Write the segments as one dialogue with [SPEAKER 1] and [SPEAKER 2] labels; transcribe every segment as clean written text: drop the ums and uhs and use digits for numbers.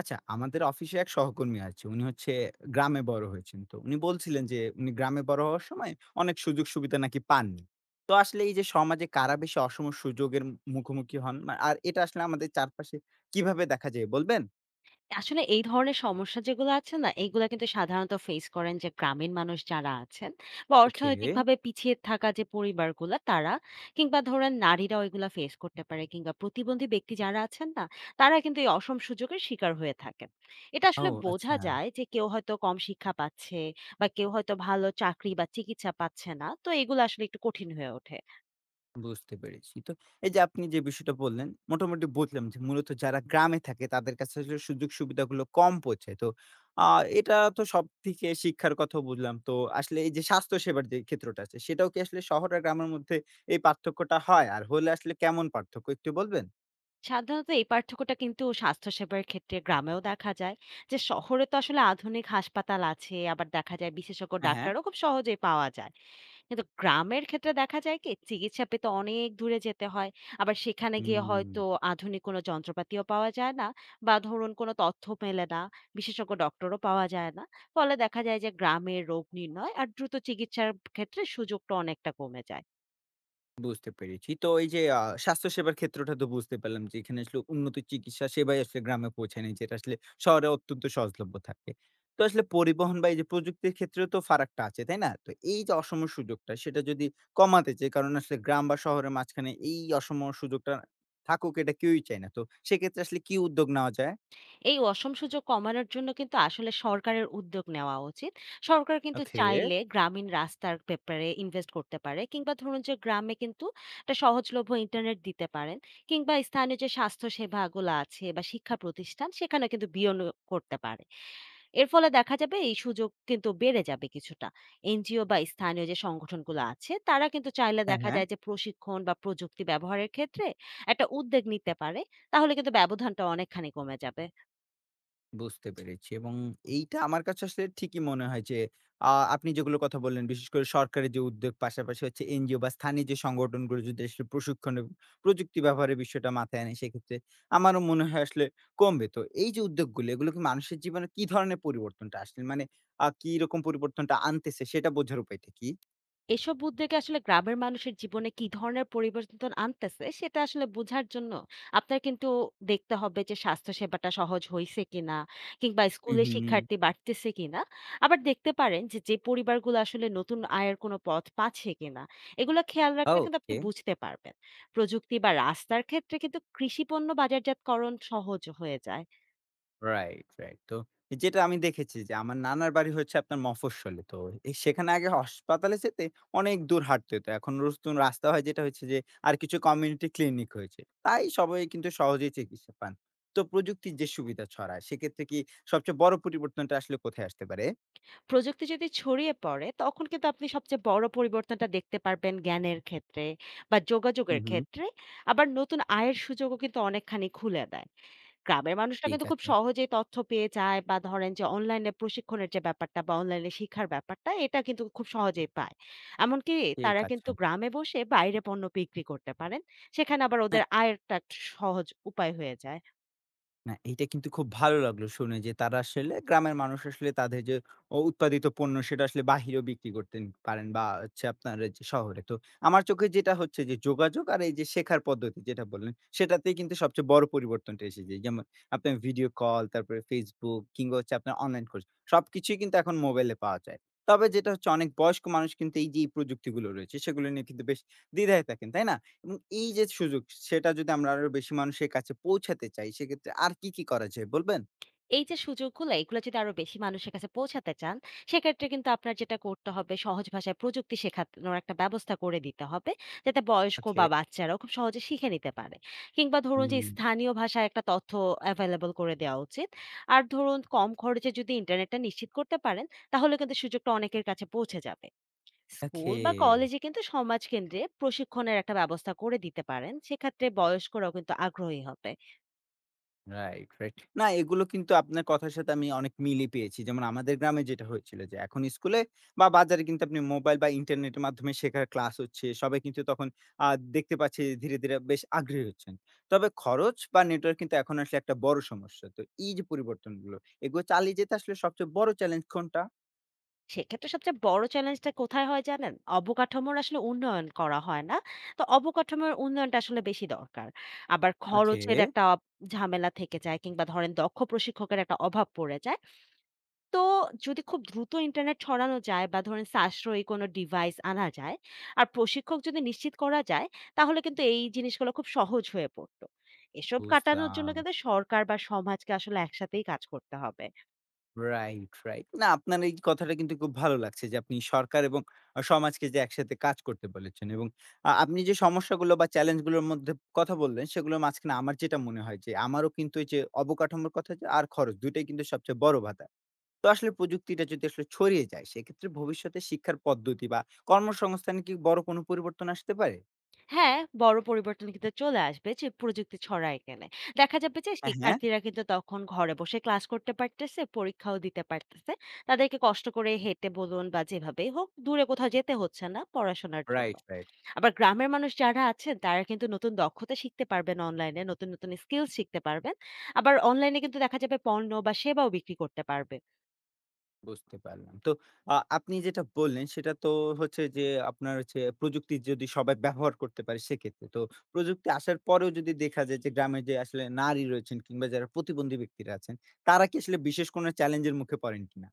[SPEAKER 1] আচ্ছা, আমাদের অফিসে এক সহকর্মী আছে। উনি হচ্ছে গ্রামে বড় হয়েছেন। তো উনি বলছিলেন যে উনি গ্রামে বড় হওয়ার সময় অনেক সুযোগ সুবিধা নাকি পাননি। তো আসলে এই যে সমাজে কারা বেশি অসম সুযোগের মুখোমুখি হন? আর এটা আসলে আমাদের চারপাশে কিভাবে দেখা যায় বলবেন?
[SPEAKER 2] আসলে এই ধরনের সমস্যা যেগুলো আছে না, এগুলা কিন্তু সাধারণত ফেস করেন যে গ্রামীণ মানুষ যারা আছেন বা
[SPEAKER 1] ওকে।
[SPEAKER 2] অর্থনৈতিকভাবে পিছিয়ে থাকা যে পরিবারগুলা তারা কিংবা ধরেন নারীরাও এগুলা ফেস করতে পারে কিংবা প্রতিবন্ধী ব্যক্তি যারা আছেন না, তারা কিন্তু এই অসম সুযোগের শিকার হয়ে থাকেন। এটা
[SPEAKER 1] ও
[SPEAKER 2] আসলে বোঝা
[SPEAKER 1] আচ্ছা।
[SPEAKER 2] যায় যে কেউ হয়তো কম শিক্ষা পাচ্ছে বা কেউ হয়তো ভালো চাকরি বা চিকিৎসা পাচ্ছে না। তো এগুলো আসলে একটু কঠিন হয়ে ওঠে।
[SPEAKER 1] বুঝতে পেরেছি। তো এই যে আপনি যে বিষয়টা বললেন, মোটামুটি বুঝলাম যে মূলত যারা গ্রামে থাকে তাদের কাছে আসলে সুযোগ সুবিধাগুলো কম পৌঁছায়। তো আ এটা তো সবথেকে শিক্ষার কথাও বুঝলাম। তো আসলে এই যে স্বাস্থ্যসেবার যে ক্ষেত্রটা আছে সেটাও কি আসলে শহর আর গ্রামের মধ্যে এই পার্থক্যটা হয়? আর হলে আসলে কেমন পার্থক্য একটু বলবেন?
[SPEAKER 2] সাধারণত এই পার্থক্যটা কিন্তু স্বাস্থ্যসেবার ক্ষেত্রে গ্রামেও দেখা যায় যে শহরে তো আসলে আধুনিক হাসপাতাল আছে, আবার দেখা যায় বিশেষজ্ঞ
[SPEAKER 1] হ্যাঁ, হ্যাঁ।
[SPEAKER 2] ডাক্তারও খুব সহজেই পাওয়া যায়। কিন্তু গ্রামের ক্ষেত্রে দেখা যায় কি চিকিৎসা পেতে অনেক দূরে যেতে হয়, আবার সেখানে গিয়ে
[SPEAKER 1] হুম।
[SPEAKER 2] হয়তো আধুনিক কোনো যন্ত্রপাতিও পাওয়া যায় না বা ধরুন কোনো তথ্য মেলে না, বিশেষজ্ঞ ডক্টরও পাওয়া যায় না। ফলে দেখা যায় যে গ্রামের রোগ নির্ণয় আর দ্রুত চিকিৎসার ক্ষেত্রে সুযোগটা অনেকটা কমে যায়।
[SPEAKER 1] বুঝতে পেরেছি। তো এই যে স্বাস্থ্যসেবার ক্ষেত্রটা তো বুঝতে পারলাম যে এখানে আসলে উন্নত চিকিৎসা সেবাই আসলে গ্রামে পৌঁছায়নি যেটা আসলে শহরে অত্যন্ত সহজলভ্য থাকে। তো আসলে পরিবহন বা এই যে প্রযুক্তির ক্ষেত্রেও তো ফারাকটা আছে, তাই না? তো এই যে অসম সুযোগটা সেটা যদি কমাতে চাই কারণ আসলে গ্রাম বা শহরের মাঝখানে এই অসম সুযোগটা থাকুক এটা কেউই চায় না। তো সেক্ষেত্রে আসলে কি উদ্যোগ নেওয়া যায়?
[SPEAKER 2] এই অসম সুযোগ কমানোর জন্য কিন্তু আসলে সরকারের উদ্যোগ নেওয়া উচিত। সরকার কিন্তু
[SPEAKER 1] ওকে।
[SPEAKER 2] চাইলে গ্রামীণ রাস্তার ব্যাপারে ইনভেস্ট করতে পারে কিংবা ধরুন যে গ্রামে কিন্তু একটা সহজলভ্য ইন্টারনেট দিতে পারেন কিংবা স্থানীয় যে স্বাস্থ্য সেবাগুলো আছে বা শিক্ষা প্রতিষ্ঠান সেখানে কিন্তু বিনিয়োগ করতে পারে। এর ফলে দেখা যাবে এই সুযোগ কিন্তু বেড়ে যাবে কিছুটা। এনজিও বা স্থানীয় যে সংগঠনগুলো আছে তারা কিন্তু চাইলে
[SPEAKER 1] হ্যাঁ,
[SPEAKER 2] দেখা
[SPEAKER 1] হ্যাঁ।
[SPEAKER 2] যায় যে প্রশিক্ষণ বা প্রযুক্তি ব্যবহারের ক্ষেত্রে একটা উদ্যোগ নিতে পারে। তাহলে কিন্তু ব্যবধানটা অনেকখানি কমে যাবে।
[SPEAKER 1] বুঝতে পেরেছি এবং এইটা আমার কাছে আসলে ঠিকই মনে হয় যে আপনি যেগুলো কথা বললেন বিশেষ করে সরকারের যে উদ্যোগ পাশাপাশি হচ্ছে এনজিও বা স্থানীয় যে সংগঠনগুলো যদি আসলে প্রশিক্ষণ এবং প্রযুক্তি ব্যবহারের বিষয়টা মাথায় আনে সেক্ষেত্রে আমারও মনে হয় আসলে কমবে। তো এই যে উদ্যোগগুলো এগুলো কি মানুষের জীবনে কি ধরনের পরিবর্তনটা আসলে মানে কি রকম পরিবর্তনটা আনতেছে সেটা বোঝার উপায়টা কি?
[SPEAKER 2] এসব উদ্যোগে আসলে গ্রামের মানুষের জীবনে কি ধরনের পরিবর্তন আনতেছে সেটা আসলে বোঝার জন্য আপনার কিন্তু দেখতে হবে যে স্বাস্থ্যসেবাটা সহজ হয়েছে কিনা কিংবা
[SPEAKER 1] হু,
[SPEAKER 2] স্কুলে
[SPEAKER 1] হু।
[SPEAKER 2] শিক্ষার্থী বাড়তেছে কিনা, আবার দেখতে পারেন যে যে পরিবারগুলো আসলে নতুন আয়ের কোনো পথ পাচ্ছে কিনা। এগুলো খেয়াল রাখলে কিন্তু আপনি
[SPEAKER 1] ওকে।
[SPEAKER 2] বুঝতে পারবেন। প্রযুক্তি বা রাস্তার ক্ষেত্রে কিন্তু কৃষি পণ্য বাজারজাতকরণ সহজ হয়ে যায়।
[SPEAKER 1] Right, right. তো যেটা আমি দেখেছি যে আমার নানার বাড়ি হচ্ছে আপনার মফস্বলে। তো সেখানে আগে হাসপাতালে যেতে অনেক দূর হাঁটতে হতো। এখন নতুন রাস্তা হয় যেটা হচ্ছে যে আর কিছু কমিউনিটি ক্লিনিক হয়েছে। তাই সবাই কিন্তু সহজেই চিকিৎসা পান। তো প্রযুক্তির যে সুবিধা ছড়ায় সেক্ষেত্রে কি সবচেয়ে বড় পরিবর্তনটা আসলে কোথায় আসতে পারে?
[SPEAKER 2] প্রযুক্তি যদি ছড়িয়ে পড়ে, তখন কিন্তু আপনি সবচেয়ে বড় পরিবর্তনটা দেখতে পারবেন জ্ঞানের ক্ষেত্রে বা
[SPEAKER 1] হুম,
[SPEAKER 2] যোগাযোগের
[SPEAKER 1] হুম।
[SPEAKER 2] ক্ষেত্রে। আবার নতুন আয়ের সুযোগও কিন্তু অনেকখানি খুলে দেয়। গ্রামের মানুষরা
[SPEAKER 1] ঠিক
[SPEAKER 2] কিন্তু খুব
[SPEAKER 1] আছে,
[SPEAKER 2] সহজেই তথ্য পেয়ে যায় বা ধরেন যে অনলাইনে প্রশিক্ষণের যে ব্যাপারটা বা অনলাইনে শিক্ষার ব্যাপারটা, এটা কিন্তু খুব সহজেই পায়। এমনকি
[SPEAKER 1] ঠিক
[SPEAKER 2] তারা
[SPEAKER 1] আছে।
[SPEAKER 2] কিন্তু
[SPEAKER 1] হ্যাঁ।
[SPEAKER 2] গ্রামে বসে বাইরে পণ্য বিক্রি করতে পারেন। সেখানে আবার ওদের আয়েরটা একটা সহজ উপায় হয়ে যায়।
[SPEAKER 1] না, এইটা কিন্তু খুব ভালো লাগলো শুনে যে তারা আসলে গ্রামের মানুষ আসলে তাদের যে উৎপাদিত পণ্য সেটা আসলে বাহিরেও বিক্রি করতে পারেন বা হচ্ছে আপনার এই যে শহরে। তো আমার চোখে যেটা হচ্ছে যে যোগাযোগ আর এই যে শেখার পদ্ধতি যেটা বললেন, সেটাতেই কিন্তু সবচেয়ে বড় পরিবর্তনটা এসে যায়। যেমন আপনার ভিডিও কল, তারপরে Facebook কিংবা হচ্ছে আপনার অনলাইন কোর্স সবকিছুই কিন্তু এখন মোবাইলে পাওয়া যায়। তবে যেটা হচ্ছে অনেক বয়স্ক মানুষ কিন্তু এই যে এই প্রযুক্তিগুলো রয়েছে সেগুলো নিয়ে কিন্তু বেশ দ্বিধায় থাকেন, তাই না? এবং এই যে সুযোগ সেটা যদি আমরা আরো বেশি মানুষের কাছে পৌঁছাতে চাই সেক্ষেত্রে আর কি, কি করা যায় বলবেন?
[SPEAKER 2] এই যে সুযোগগুলো, এগুলো যদি আরো বেশি মানুষের কাছে পৌঁছাতে চান, সেক্ষেত্রে কিন্তু আপনার যেটা করতে হবে সহজ ভাষায় প্রযুক্তি শেখানোর একটা ব্যবস্থা করে দিতে হবে। যাতে বয়স্ক
[SPEAKER 1] ওকে।
[SPEAKER 2] বা বাচ্চারাও খুব সহজে শিখে নিতে পারে। কিংবা ধরুন যে
[SPEAKER 1] হুম,
[SPEAKER 2] স্থানীয় ভাষায় একটা তথ্য এভেইলেবল করে দেওয়া উচিত। আর ধরুন কম খরচে যদি ইন্টারনেটটা নিশ্চিত করতে পারেন, তাহলে কিন্তু সুযোগটা অনেকের কাছে পৌঁছে যাবে।
[SPEAKER 1] ওকে।
[SPEAKER 2] স্কুল বা কলেজে কিন্তু সমাজ কেন্দ্রে প্রশিক্ষণের একটা ব্যবস্থা করে দিতে পারেন। সেক্ষেত্রে বয়স্করাও কিন্তু আগ্রহী হবে।
[SPEAKER 1] Right, right. না এগুলো কিন্তু আপনার কথার সাথে আমি অনেক মিলই পেয়েছি। যেমন আমাদের গ্রামে যেটা হয়েছিল যে এখন স্কুলে বা বাজারে কিন্তু আপনি মোবাইল বা ইন্টারনেটের মাধ্যমে শেখার ক্লাস হচ্ছে। সবাই কিন্তু তখন আ দেখতে পাচ্ছে যে ধীরে, ধীরে বেশ আগ্রহী হচ্ছেন। তবে খরচ বা নেটওয়ার্ক কিন্তু এখন আসলে একটা বড় সমস্যা। তো এই যে পরিবর্তনগুলো এগুলো চালিয়ে যেতে আসলে সবচেয়ে বড় চ্যালেঞ্জ কোনটা?
[SPEAKER 2] সেক্ষেত্রে সবচেয়ে বড় চ্যালেঞ্জটা কোথায় হয় জানেন? অবকাঠামোর আসলে উন্নয়ন করা হয় না। তো অবকাঠামোর উন্নয়নটা আসলে বেশি দরকার। আবার
[SPEAKER 1] ওকে,
[SPEAKER 2] খরচের একটা ঝামেলা থেকে যায় কিংবা ধরেন দক্ষ প্রশিক্ষকের একটা অভাব পড়ে যায়। তো যদি খুব দ্রুত ইন্টারনেট ছড়ানো যায় বা ধরেন সাশ্রয়ী কোনো ডিভাইস আনা যায় আর প্রশিক্ষক যদি নিশ্চিত করা যায়, তাহলে কিন্তু এই জিনিসগুলো খুব সহজ হয়ে পড়তো। এসব কাটানোর জন্য
[SPEAKER 1] বুঝলাম।
[SPEAKER 2] কিন্তু সরকার বা সমাজকে আসলে একসাথেই কাজ করতে হবে।
[SPEAKER 1] Right, right. না আপনার এই কথাটা কিন্তু খুব ভালো লাগছে যে আপনি সরকার এবং সমাজকে যে একসাথে কাজ করতে বলেছেন এবং আপনি যে সমস্যাগুলো বা চ্যালেঞ্জ গুলোর মধ্যে কথা বললেন সেগুলোর মাঝখানে আমার যেটা মনে হয় যে আমারও কিন্তু এই যে অবকাঠামোর কথা যে আর খরচ ২টাই টাই কিন্তু সবচেয়ে বড় বাধা। তো আসলে প্রযুক্তিটা যদি আসলে ছড়িয়ে যায় সেক্ষেত্রে ভবিষ্যতে শিক্ষার পদ্ধতি বা কর্মসংস্থানে কি বড় কোনো পরিবর্তন আসতে পারে?
[SPEAKER 2] হ্যাঁ, বড় পরিবর্তন কিন্তু চলে আসবে যে প্রযুক্তি ছড়ায় গেলে। দেখা যাবে যে
[SPEAKER 1] হ্যাঁ, হ্যাঁ।
[SPEAKER 2] শিক্ষার্থীরা কিন্তু তখন ঘরে বসে ক্লাস করতে পারতেছে, পরীক্ষাও দিতে পারতেছে। তাদেরকে কষ্ট করে হেঁটে বলুন বা যেভাবেই হোক দূরে কোথাও যেতে হচ্ছে না পড়াশোনার জন্য।
[SPEAKER 1] Right, right.
[SPEAKER 2] আবার গ্রামের মানুষ যারা আছেন তারা কিন্তু নতুন দক্ষতা শিখতে পারবেন অনলাইনে, নতুন স্কিলস শিখতে পারবেন। আবার অনলাইনে কিন্তু দেখা যাবে পণ্য বা সেবাও বিক্রি করতে পারবে।
[SPEAKER 1] বুঝতে পারলাম। তো আপনি যেটা বললেন সেটা তো হচ্ছে যে আপনার হচ্ছে প্রযুক্তি যদি সবাই ব্যবহার করতে পারে সেক্ষেত্রে। তো প্রযুক্তি আসার পরেও যদি দেখা যায় যে গ্রামের যে আসলে নারী রয়েছেন কিংবা যারা প্রতিবন্ধী ব্যক্তিরা আছেন তারা কি আসলে বিশেষ কোনো চ্যালেঞ্জের মুখে পড়েন কিনা?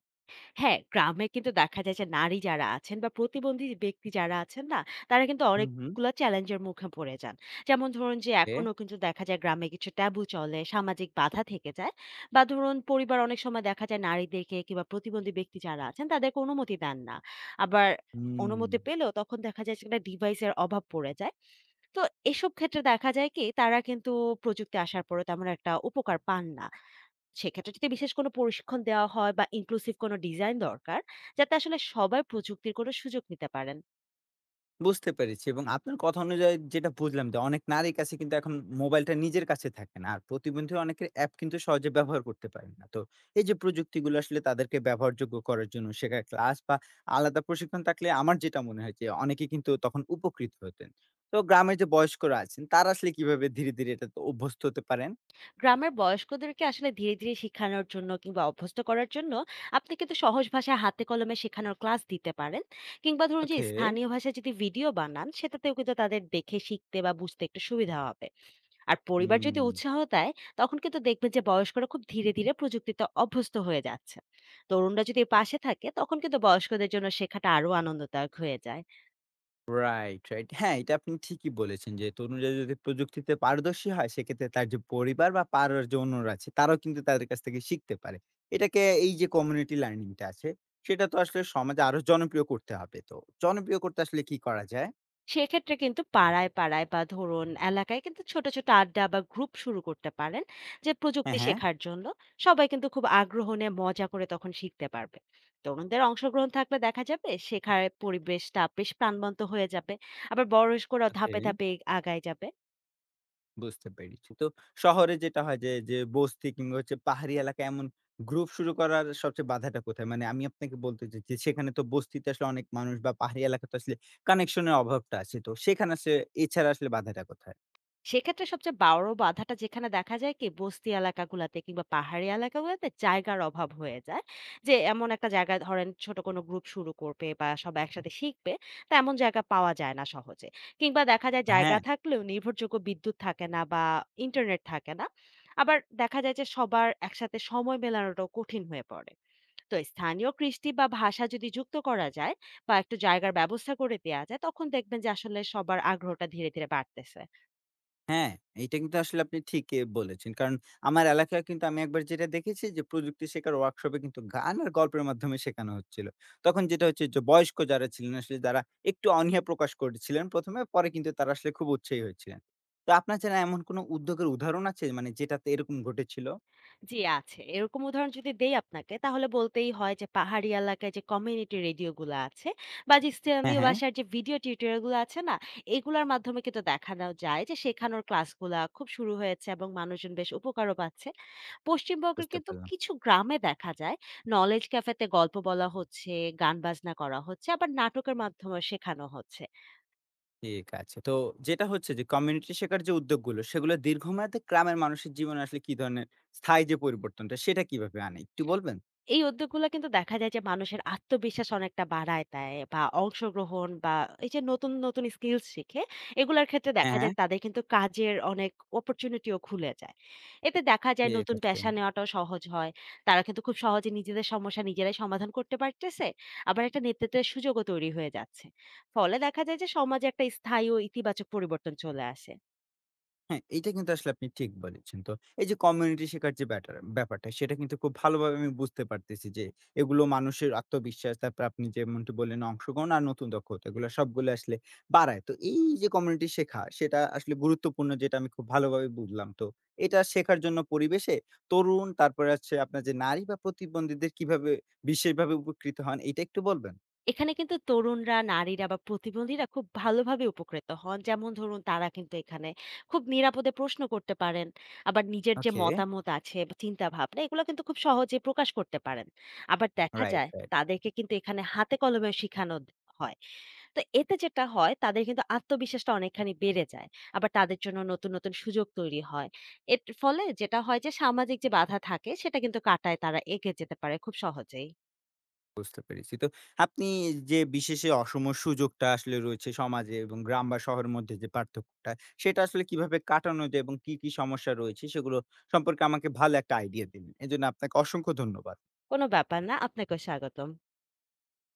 [SPEAKER 2] হ্যাঁ, গ্রামে কিন্তু দেখা যায় যে নারী যারা আছেন বা প্রতিবন্ধী ব্যক্তি যারা আছেন না, তারা কিন্তু
[SPEAKER 1] হুম, হুম।
[SPEAKER 2] অনেকগুলা চ্যালেঞ্জের মুখে পড়ে যান। যেমন ধরুন যে
[SPEAKER 1] এ
[SPEAKER 2] এখনো কিন্তু দেখা যায় গ্রামে কিছু ট্যাবু চলে, সামাজিক বাধা থেকে যায়। বা ধরুন পরিবার অনেক সময় দেখা যায় নারীদেরকে কিংবা প্রতিবন্ধী ব্যক্তি যারা আছেন তাদেরকে অনুমতি দেন না। আবার
[SPEAKER 1] হুম।
[SPEAKER 2] অনুমতি পেলেও তখন দেখা যায় সেখানে ডিভাইসের অভাব পড়ে যায়। তো এসব ক্ষেত্রে দেখা যায় কি তারা কিন্তু প্রযুক্তি আসার পরেও তেমন একটা উপকার পান না। সেক্ষেত্রে যদি বিশেষ কোনো প্রশিক্ষণ দেওয়া হয় বা ইনক্লুসিভ কোনো ডিজাইন দরকার যাতে আসলে সবাই প্রযুক্তির কোনো সুযোগ নিতে পারেন।
[SPEAKER 1] বুঝতে পেরেছি এবং আপনার কথা অনুযায়ী যেটা বুঝলাম যে অনেক নারীর কাছে কিন্তু এখন মোবাইলটা নিজের কাছে থাকে না আর প্রতিবন্ধী অনেকের অ্যাপ কিন্তু সহজে ব্যবহার করতে পারেন না তো এই যে প্রযুক্তিগুলো আসলে তাদেরকে ব্যবহারযোগ্য করার জন্য শেখার ক্লাস বা আলাদা প্রশিক্ষণ থাকলে আমার যেটা মনে হয় যে অনেকে কিন্তু তখন উপকৃত হতেন তো গ্রামের যে বয়স্করা আছেন তারা আসলে কিভাবে ধীরে ধীরে এটা অভ্যস্ত হতে পারেন
[SPEAKER 2] গ্রামের বয়স্কদেরকে আসলে ধীরে ধীরে শেখানোর জন্য কিংবা অভ্যস্ত করার জন্য আপনি কিন্তু সহজ ভাষায় হাতে কলমে শেখানোর ক্লাস দিতে পারেন কিংবা ধরুন যে
[SPEAKER 1] ওকে
[SPEAKER 2] স্থানীয় ভাষায় যদি ভিডিও বানান সেটাতেও কিন্তু তাদের দেখে শিখতে বা বুঝতে একটু সুবিধা হবে। আর পরিবার
[SPEAKER 1] হুম
[SPEAKER 2] যদি উৎসাহ দেয়, তখন কিন্তু দেখবেন যে বয়স্করা খুব ধীরে ধীরে প্রযুক্তিতে অভ্যস্ত হয়ে যাচ্ছে। তরুণরা যদি পাশে থাকে তখন কিন্তু বয়স্কদের জন্য শেখাটা আরো আনন্দদায়ক হয়ে যায়।
[SPEAKER 1] Right, right. হ্যাঁ, এটা আপনি ঠিকই বলেছেন যে তরুণরা যদি প্রযুক্তিতে পারদর্শী হয় সেক্ষেত্রে তার যে পরিবার বা পাড়ার যে অন্যরা আছে তারাও কিন্তু তাদের কাছ থেকে শিখতে পারে। এটাকে এই যে কমিউনিটি লার্নিং টা আছে সেটা তো আসলে সমাজে আরো জনপ্রিয় করতে হবে। তো জনপ্রিয় করতে আসলে কি করা যায়?
[SPEAKER 2] সেক্ষেত্রে কিন্তু পাড়ায়, পাড়ায় বা ধরুন এলাকায় কিন্তু ছোট, ছোট আড্ডা বা গ্রুপ শুরু করতে পারেন। যে প্রযুক্তি
[SPEAKER 1] হ্যাঁ, হ্যাঁ।
[SPEAKER 2] শেখার জন্য সবাই কিন্তু খুব আগ্রহ নিয়ে মজা করে তখন শিখতে পারবে। তরুণদের অংশগ্রহণ থাকলে দেখা যাবে শেখার পরিবেশটা বেশ প্রাণবন্ত হয়ে যাবে। আবার বয়স্করাও
[SPEAKER 1] ওকে।
[SPEAKER 2] ধাপে, ধাপে আগায় যাবে।
[SPEAKER 1] বুঝতে পেরেছি। তো শহরে যেটা হয় যে, যে বস্তি কিংবা হচ্ছে পাহাড়ি এলাকায় এমন গ্রুপ শুরু করার সবচেয়ে বাধাটা কোথায়? মানে আমি আপনাকে বলতে চাইছি যে সেখানে তো বস্তিতে আসলে অনেক মানুষ বা পাহাড়ি এলাকাতে আসলে কানেকশন এর অভাবটা আছে। তো সেখানে আসলে এছাড়া আসলে বাধাটা কোথায়?
[SPEAKER 2] সেক্ষেত্রে সবচেয়ে বড় বাধাটা যেখানে দেখা যায় কি বস্তি এলাকাগুলাতে কিংবা পাহাড়ি এলাকাগুলোতে জায়গার অভাব হয়ে যায়, যে এমন একটা জায়গা ধরেন ছোট কোনো গ্রুপ শুরু করবে বা সবাই একসাথে শিখবে, তা এমন জায়গা পাওয়া যায় না সহজে। কিংবা দেখা যায় জায়গা
[SPEAKER 1] হ্যাঁ।
[SPEAKER 2] থাকলেও নির্ভরযোগ্য বিদ্যুৎ থাকে না বা ইন্টারনেট থাকে না। আবার দেখা যায় যে সবার একসাথে সময় মেলানোটাও কঠিন হয়ে পড়ে। তো স্থানীয় কৃষ্টি বা ভাষা যদি যুক্ত করা যায় বা একটু জায়গার ব্যবস্থা করে দেওয়া যায়, তখন দেখবেন যে আসলে সবার আগ্রহটা ধীরে ধীরে বাড়তেছে।
[SPEAKER 1] হ্যাঁ, এইটা কিন্তু আসলে আপনি ঠিকই বলেছেন। কারণ আমার এলাকায় কিন্তু আমি একবার যেটা দেখেছি যে প্রযুক্তি শেখার ওয়ার্কশপে কিন্তু গান আর গল্পের মাধ্যমে শেখানো হচ্ছিল। তখন যেটা হচ্ছে যে বয়স্ক যারা ছিলেন আসলে যারা একটু অনীহা প্রকাশ করেছিলেন ১ম এ, পরে কিন্তু তারা আসলে খুব উৎসাহী হয়েছিলেন। তো আপনার জানা এমন কোন উদ্যোগের উদাহরণ আছে মানে যেটাতে এরকম ঘটেছিল?
[SPEAKER 2] জি আছে। এরকম উদাহরণ যদি দেই আপনাকে তাহলে বলতেই হয় যে পাহাড়ি এলাকায় যে কমিউনিটি রেডিও গুলো আছে বা যে
[SPEAKER 1] হ্যাঁ,
[SPEAKER 2] স্থানীয়
[SPEAKER 1] হ্যাঁ,
[SPEAKER 2] ভাষার যে ভিডিও টিউটোরিয়াল গুলো আছে না, এগুলোর মাধ্যমে কিন্তু দেখানো যায় যে শেখানোর ক্লাসগুলা খুব শুরু হয়েছে এবং মানুষজন বেশ উপকারও পাচ্ছে। পশ্চিমবঙ্গের
[SPEAKER 1] বুঝতে
[SPEAKER 2] কিন্তু
[SPEAKER 1] পারলাম।
[SPEAKER 2] কিছু গ্রামে দেখা যায় নলেজ ক্যাফেতে গল্প বলা হচ্ছে, গান বাজনা করা হচ্ছে, আবার নাটকের মাধ্যমে শেখানো হচ্ছে।
[SPEAKER 1] ঠিক আছে। তো যেটা হচ্ছে যে কমিউনিটি শেখার যে উদ্যোগগুলো সেগুলো দীর্ঘমেয়াদে গ্রামের মানুষের জীবনে আসলে কি ধরনের স্থায়ী যে পরিবর্তনটা সেটা কিভাবে আনে একটু বলবেন?
[SPEAKER 2] এই উদ্যোগগুলো কিন্তু দেখা যায় যে মানুষের আত্মবিশ্বাস অনেকটা বাড়ায় দেয় বা অংশগ্রহণ বা এই যে নতুন নতুন স্কিল শিখে এগুলোর ক্ষেত্রে
[SPEAKER 1] হ্যাঁ,
[SPEAKER 2] দেখা যায়
[SPEAKER 1] হ্যাঁ,
[SPEAKER 2] তাদের কিন্তু কাজের অনেক অপরচুনিটিও খুলে যায়। এতে দেখা যায়
[SPEAKER 1] ঠিক
[SPEAKER 2] নতুন
[SPEAKER 1] আছে।
[SPEAKER 2] পেশা নেওয়াটাও সহজ হয়। তারা কিন্তু খুব সহজে নিজেদের সমস্যা নিজেরাই সমাধান করতে পারতেছে। আবার একটা নেতৃত্বের সুযোগও তৈরি হয়ে যাচ্ছে। ফলে দেখা যায় যে সমাজে একটা স্থায়ী ও ইতিবাচক পরিবর্তন চলে আসে।
[SPEAKER 1] হ্যাঁ, এইটা কিন্তু আসলে আপনি ঠিক বলেছেন। তো এই যে কমিউনিটি শেখার যে ব্যাটার ব্যাপারটা সেটা কিন্তু খুব ভালোভাবে আমি বুঝতে পারতেছি যে এগুলো মানুষের আত্মবিশ্বাস, তারপর আপনি যেমনটি বললেন অংশগ্রহণ আর নতুন দক্ষতা এগুলো সবগুলো আসলে বাড়ায়। তো এই যে কমিউনিটি শেখা সেটা আসলে গুরুত্বপূর্ণ যেটা আমি খুব ভালোভাবে বুঝলাম। তো এটা শেখার জন্য পরিবেশে তরুণ তারপরে হচ্ছে আপনার যে নারী বা প্রতিবন্ধীদের কিভাবে বিশেষভাবে উপকৃত হন এটা একটু বলবেন?
[SPEAKER 2] এখানে কিন্তু তরুণরা, নারীরা বা প্রতিবন্ধীরা খুব ভালোভাবে উপকৃত হন। যেমন ধরুন তারা কিন্তু এখানে খুব নিরাপদে প্রশ্ন করতে পারেন। আবার নিজের যে
[SPEAKER 1] ওকে,
[SPEAKER 2] মতামত আছে বা চিন্তা ভাবনা এগুলো কিন্তু খুব সহজে প্রকাশ করতে পারেন। আবার দেখা
[SPEAKER 1] রাইট,
[SPEAKER 2] যায়
[SPEAKER 1] রাইট।
[SPEAKER 2] তাদেরকে কিন্তু এখানে হাতে কলমে শিখানো দ হয়। তো এতে যেটা হয় তাদের কিন্তু আত্মবিশ্বাসটা অনেকখানি বেড়ে যায়। আবার তাদের জন্য নতুন সুযোগ তৈরি হয়। এর ফলে যেটা হয় যে সামাজিক যে বাধা থাকে সেটা কিন্তু কাটায় তারা এগিয়ে যেতে পারে খুব সহজেই।
[SPEAKER 1] বুঝতে পেরেছি। তো আপনি যে বিশেষ এই অসম সুযোগটা আসলে রয়েছে সমাজে এবং গ্রাম বা শহরের মধ্যে যে পার্থক্যটা, সেটা আসলে কিভাবে কাটানো যায় এবং কি, কি সমস্যা রয়েছে সেগুলো সম্পর্কে আমাকে ভালো একটা আইডিয়া দিলেন। এজন্য আপনাকে অসংখ্য ধন্যবাদ।
[SPEAKER 2] কোনো ব্যাপার না। আপনাকেও স্বাগতম।